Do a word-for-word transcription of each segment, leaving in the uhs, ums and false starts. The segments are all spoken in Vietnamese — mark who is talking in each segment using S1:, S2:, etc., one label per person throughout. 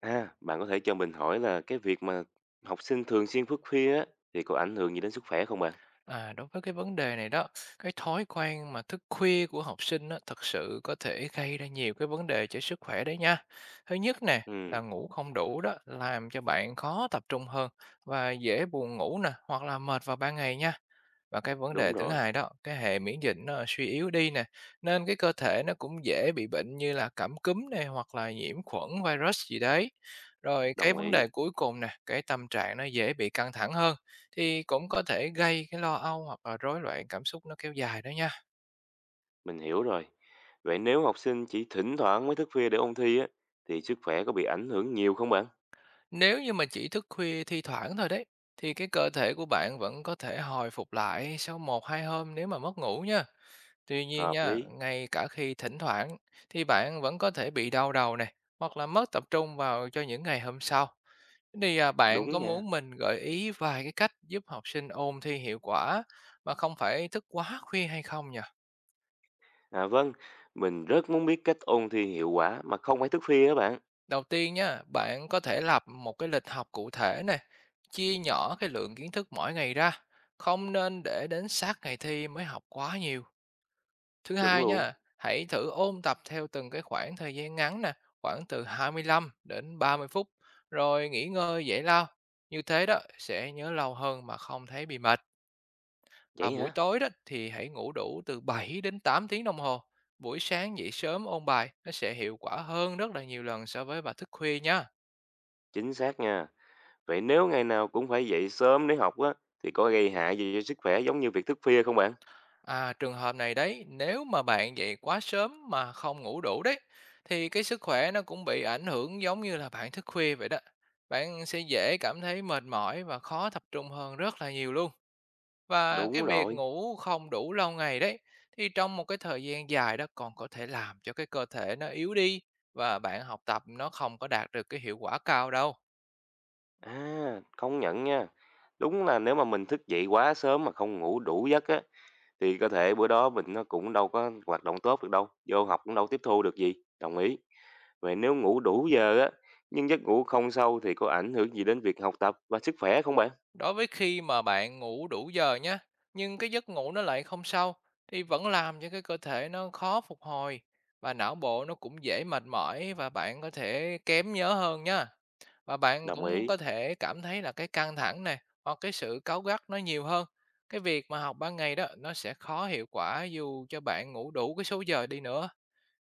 S1: À, bạn có thể cho mình hỏi là cái việc mà học sinh thường xuyên thức khuya á, thì có ảnh hưởng gì đến sức khỏe không bạn?
S2: À, đối với cái vấn đề này đó, cái thói quen mà thức khuya của học sinh á, thật sự có thể gây ra nhiều cái vấn đề cho sức khỏe đấy nha. Thứ nhất nè,
S1: Ừ,
S2: là ngủ không đủ đó, làm cho bạn khó tập trung hơn và dễ buồn ngủ nè, hoặc là mệt vào ban ngày nha. Và cái vấn
S1: đúng
S2: đề thứ
S1: rồi,
S2: hai đó, cái hệ miễn dịch nó suy yếu đi nè, nên cái cơ thể nó cũng dễ bị bệnh như là cảm cúm này hoặc là nhiễm khuẩn virus gì đấy. Rồi cái
S1: đồng
S2: vấn
S1: ý,
S2: đề cuối cùng nè, cái tâm trạng nó dễ bị căng thẳng hơn thì cũng có thể gây cái lo âu hoặc là rối loạn cảm xúc nó kéo dài đó nha.
S1: mình hiểu rồi. Vậy nếu học sinh chỉ thỉnh thoảng mới thức khuya để ôn thi á, thì sức khỏe có bị ảnh hưởng nhiều không bạn?
S2: Nếu như mà chỉ thức khuya thi thoảng thôi đấy thì cái cơ thể của bạn vẫn có thể hồi phục lại sau một hai hôm nếu mà mất ngủ nha. Tuy nhiên
S1: Hợp
S2: nha,
S1: lý,
S2: ngay cả khi thỉnh thoảng thì bạn vẫn có thể bị đau đầu này, hoặc là mất tập trung vào cho những ngày hôm sau. Thế Thì à, bạn
S1: đúng
S2: có
S1: nha.
S2: muốn mình gợi ý vài cái cách giúp học sinh ôn thi hiệu quả mà không phải thức quá khuya hay không nhỉ?
S1: À vâng, mình rất muốn biết cách ôn thi hiệu quả mà không phải thức khuya á bạn.
S2: Đầu tiên nha, bạn có thể lập một cái lịch học cụ thể này, chia nhỏ cái lượng kiến thức mỗi ngày ra, không nên để đến sát ngày thi mới học quá nhiều Thứ
S1: Chuẩn
S2: hai
S1: luôn.
S2: nha, hãy thử ôn tập theo từng cái khoảng thời gian ngắn nè, khoảng từ hai mươi lăm đến ba mươi phút, rồi nghỉ ngơi giải lao. Như thế đó sẽ nhớ lâu hơn mà không thấy bị mệt. Và
S1: Vậy
S2: buổi
S1: hả?
S2: tối đó thì hãy ngủ đủ từ bảy đến tám tiếng đồng hồ. Buổi sáng dậy sớm ôn bài nó sẽ hiệu quả hơn rất là nhiều lần so với bà thức khuya nha.
S1: Chính xác nha. Vậy nếu ngày nào cũng phải dậy sớm để học á, thì có gây hại gì cho sức khỏe giống như việc thức khuya không bạn?
S2: À, trường hợp này đấy, nếu mà bạn dậy quá sớm mà không ngủ đủ đấy, thì cái sức khỏe nó cũng bị ảnh hưởng giống như là bạn thức khuya vậy đó. Bạn sẽ dễ cảm thấy mệt mỏi và khó tập trung hơn rất là nhiều luôn. Và cái
S1: Đúng
S2: việc
S1: rồi.
S2: ngủ không đủ lâu ngày đấy, thì trong một cái thời gian dài đó còn có thể làm cho cái cơ thể nó yếu đi và bạn học tập nó không có đạt được cái hiệu quả cao đâu.
S1: À, công nhận nha. Đúng là nếu mà mình thức dậy quá sớm mà không ngủ đủ giấc á, thì cơ thể bữa đó mình nó cũng đâu có hoạt động tốt được đâu, vô học cũng đâu tiếp thu được gì. Đồng ý. Vậy nếu ngủ đủ giờ á, nhưng giấc ngủ không sâu thì có ảnh hưởng gì đến việc học tập và sức khỏe không bạn?
S2: Đối với khi mà bạn ngủ đủ giờ nhé, nhưng cái giấc ngủ nó lại không sâu thì vẫn làm cho cái cơ thể nó khó phục hồi, và não bộ nó cũng dễ mệt mỏi và bạn có thể kém nhớ hơn nhá. Và bạn
S1: Đồng
S2: cũng
S1: ý,
S2: có thể cảm thấy là cái căng thẳng này, hoặc cái sự cáu gắt nó nhiều hơn. Cái việc mà học ban ngày đó nó sẽ khó hiệu quả dù cho bạn ngủ đủ cái số giờ đi nữa.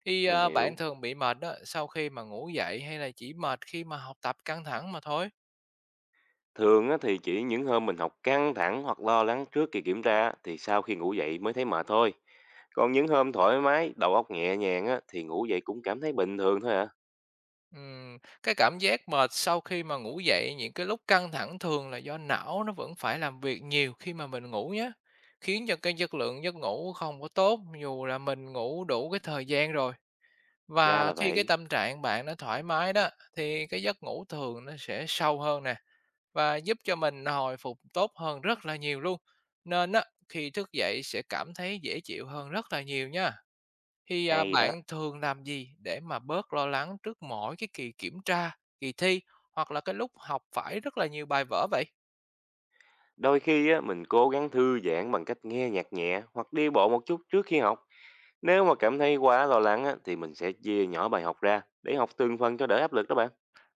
S2: Thì
S1: mình
S2: à, bạn
S1: hiểu.
S2: thường bị mệt đó sau khi mà ngủ dậy, hay là chỉ mệt khi mà học tập căng thẳng mà thôi?
S1: Thường á, thì chỉ những hôm mình học căng thẳng hoặc lo lắng trước kỳ kiểm tra á, thì sau khi ngủ dậy mới thấy mệt thôi. Còn những hôm thoải mái, đầu óc nhẹ nhàng á, thì ngủ dậy cũng cảm thấy bình thường thôi ạ. À,
S2: Ừm, cái cảm giác mệt sau khi mà ngủ dậy những cái lúc căng thẳng thường là do não nó vẫn phải làm việc nhiều khi mà mình ngủ nhé, khiến cho cái chất lượng giấc ngủ không có tốt dù là mình ngủ đủ cái thời gian rồi.
S1: ra là
S2: Và khi cái
S1: vậy.
S2: tâm trạng bạn nó thoải mái đó thì cái giấc ngủ thường nó sẽ sâu hơn nè, và giúp cho mình hồi phục tốt hơn rất là nhiều luôn. Nên á, khi thức dậy sẽ cảm thấy dễ chịu hơn rất là nhiều nha. Thì, à,
S1: Hay đó.
S2: bạn thường làm gì để mà bớt lo lắng trước mỗi cái kỳ kiểm tra, kỳ thi, hoặc là cái lúc học phải rất là nhiều bài vở vậy?
S1: Đôi khi á, mình cố gắng thư giãn bằng cách nghe nhạc nhẹ hoặc đi bộ một chút trước khi học. Nếu mà cảm thấy quá lo lắng á, thì mình sẽ chia nhỏ bài học ra để học từng phần cho đỡ áp lực đó bạn.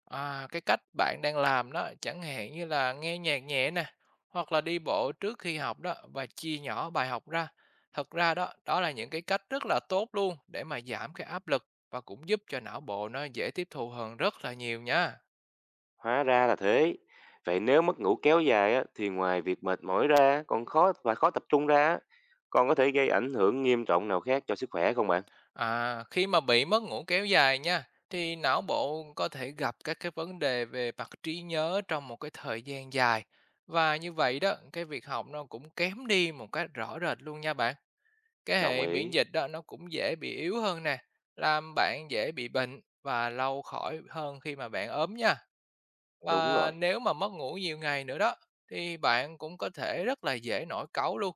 S2: À, cái cách bạn đang làm đó, chẳng hạn như là nghe nhạc nhẹ nè, hoặc là đi bộ trước khi học đó và chia nhỏ bài học ra. Thật ra đó, đó là những cái cách rất là tốt luôn để mà giảm cái áp lực, và cũng giúp cho não bộ nó dễ tiếp thu hơn rất là nhiều nha.
S1: Hóa ra là thế. Vậy nếu mất ngủ kéo dài á, thì ngoài việc mệt mỏi ra còn khó và khó tập trung ra á, còn có thể gây ảnh hưởng nghiêm trọng nào khác cho sức khỏe không bạn?
S2: À, khi mà bị mất ngủ kéo dài nha, thì não bộ có thể gặp các cái vấn đề về mặt trí nhớ trong một cái thời gian dài. Và như vậy đó, cái việc học nó cũng kém đi một cách rõ rệt luôn nha bạn. Cái
S1: Đồng
S2: hệ miễn
S1: ý.
S2: dịch đó nó cũng dễ bị yếu hơn nè, làm bạn dễ bị bệnh và lâu khỏi hơn khi mà bạn ốm nha.
S1: Đúng
S2: Và
S1: rồi.
S2: nếu mà mất ngủ nhiều ngày nữa đó thì bạn cũng có thể rất là dễ nổi cáu luôn.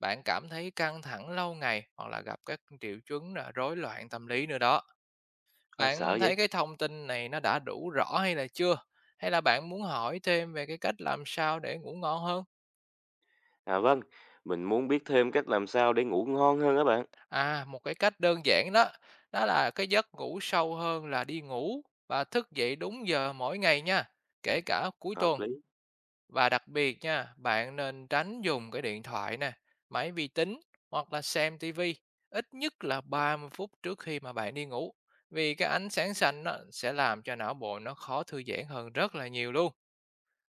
S2: Bạn cảm thấy căng thẳng lâu ngày, hoặc là gặp các triệu chứng là rối loạn tâm lý nữa đó.
S1: Ờ,
S2: Bạn
S1: sợ vậy?
S2: thấy cái thông tin này nó đã đủ rõ hay là chưa? Hay là bạn muốn hỏi thêm về cái cách làm sao để ngủ ngon hơn?
S1: À vâng, mình muốn biết thêm cách làm sao để ngủ ngon hơn á bạn.
S2: À, một cái cách đơn giản đó, đó là cái giấc ngủ sâu hơn là đi ngủ và thức dậy đúng giờ mỗi ngày nha, kể cả cuối
S1: Hợp
S2: tuần.
S1: lý.
S2: Và đặc biệt nha, bạn nên tránh dùng cái điện thoại nè, máy vi tính, hoặc là xem tivi ít nhất là ba mươi phút trước khi mà bạn đi ngủ. Vì cái ánh sáng xanh nó sẽ làm cho não bộ nó khó thư giãn hơn rất là nhiều luôn.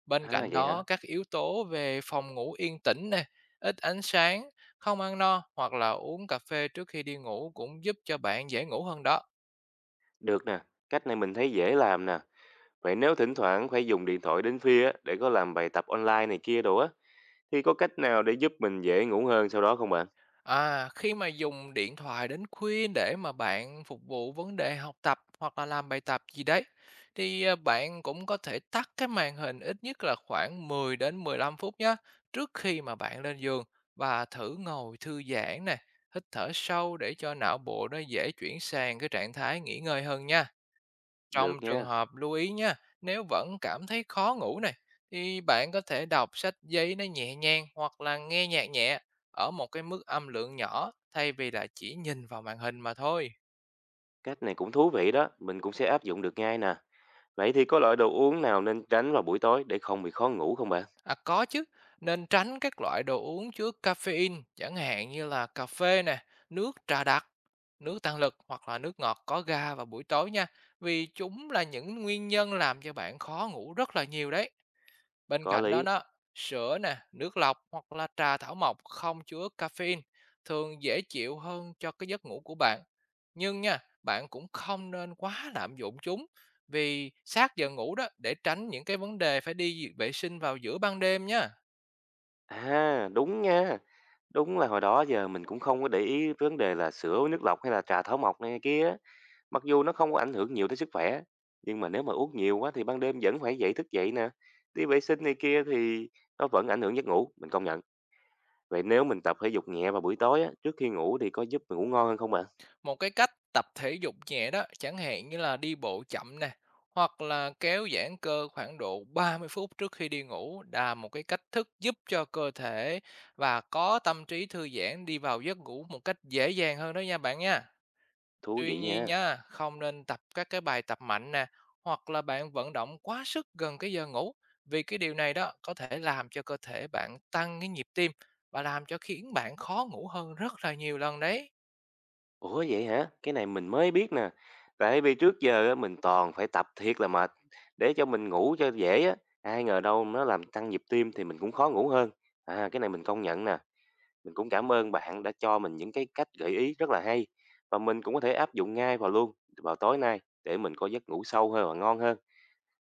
S2: Bên
S1: À
S2: cạnh
S1: vậy hả?
S2: đó, các yếu tố về phòng ngủ yên tĩnh nè, ít ánh sáng, không ăn no hoặc là uống cà phê trước khi đi ngủ cũng giúp cho bạn dễ ngủ hơn đó.
S1: Được nè, cách này mình thấy dễ làm nè. Vậy nếu thỉnh thoảng phải dùng điện thoại đến khuya á, để có làm bài tập online này kia đồ á, thì có cách nào để giúp mình dễ ngủ hơn sau đó không bạn?
S2: À, khi mà dùng điện thoại đến khuya để mà bạn phục vụ vấn đề học tập hoặc là làm bài tập gì đấy, thì à, bạn cũng có thể tắt cái màn hình ít nhất là khoảng mười đến mười lăm phút nhé, trước khi mà bạn lên giường và thử ngồi thư giãn nè, hít thở sâu để cho não bộ nó dễ chuyển sang cái trạng thái nghỉ ngơi hơn nha. Trong
S1: Được
S2: trường
S1: nha,
S2: hợp lưu ý nha, nếu vẫn cảm thấy khó ngủ này thì bạn có thể đọc sách giấy nó nhẹ nhàng, hoặc là nghe nhạc nhẹ ở một cái mức âm lượng nhỏ thay vì là chỉ nhìn vào màn hình mà thôi.
S1: cách này cũng thú vị đó, mình cũng sẽ áp dụng được ngay nè. Vậy thì có loại đồ uống nào nên tránh vào buổi tối để không bị khó ngủ không bạn?
S2: À có chứ, nên tránh các loại đồ uống chứa caffeine chẳng hạn như là cà phê nè, nước trà đặc, nước tăng lực hoặc là nước ngọt có ga vào buổi tối nha, vì chúng là những nguyên nhân làm cho bạn khó ngủ rất là nhiều đấy. Bên
S1: Có
S2: cạnh đó
S1: lý.
S2: đó, sữa nè, nước lọc hoặc là trà thảo mộc không chứa caffeine thường dễ chịu hơn cho cái giấc ngủ của bạn. Nhưng nha, bạn cũng không nên quá lạm dụng chúng vì sát giờ ngủ đó, để tránh những cái vấn đề phải đi vệ sinh vào giữa ban đêm nha.
S1: À, đúng nha. Đúng là hồi đó giờ mình cũng không có để ý vấn đề là sữa, với nước lọc hay là trà thảo mộc này kia. Mặc dù nó không có ảnh hưởng nhiều tới sức khỏe, nhưng mà nếu mà uống nhiều quá thì ban đêm vẫn phải dậy thức dậy nè, đi vệ sinh này kia thì nó vẫn ảnh hưởng giấc ngủ, mình công nhận. Vậy nếu mình tập thể dục nhẹ vào buổi tối á, trước khi ngủ thì có giúp mình ngủ ngon hơn không bạn?
S2: Một cái cách tập thể dục nhẹ đó, chẳng hạn như là đi bộ chậm nè, hoặc là kéo giãn cơ khoảng độ ba mươi phút trước khi đi ngủ là một cái cách thức giúp cho cơ thể và có tâm trí thư giãn đi vào giấc ngủ một cách dễ dàng hơn đó nha bạn nha.
S1: Thú
S2: Tuy
S1: vị
S2: nhiên
S1: nha.
S2: nha, không nên tập các cái bài tập mạnh nè, hoặc là bạn vận động quá sức gần cái giờ ngủ, vì cái điều này đó có thể làm cho cơ thể bạn tăng cái nhịp tim và làm cho khiến bạn khó ngủ hơn rất là nhiều lần đấy.
S1: Ủa vậy hả? Cái này mình mới biết nè. Tại vì trước giờ á, mình toàn phải tập thiệt là mệt để cho mình ngủ cho dễ á. Ai ngờ đâu nó làm tăng nhịp tim thì mình cũng khó ngủ hơn. À cái này mình công nhận nè. Mình cũng cảm ơn bạn đã cho mình những cái cách gợi ý rất là hay và mình cũng có thể áp dụng ngay vào luôn vào tối nay để mình có giấc ngủ sâu hơn và ngon hơn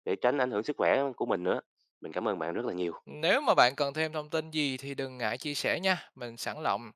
S1: để tránh ảnh hưởng sức khỏe của mình nữa. Mình cảm ơn bạn rất là nhiều.
S2: Nếu mà bạn cần thêm thông tin gì thì đừng ngại chia sẻ nha, mình sẵn lòng.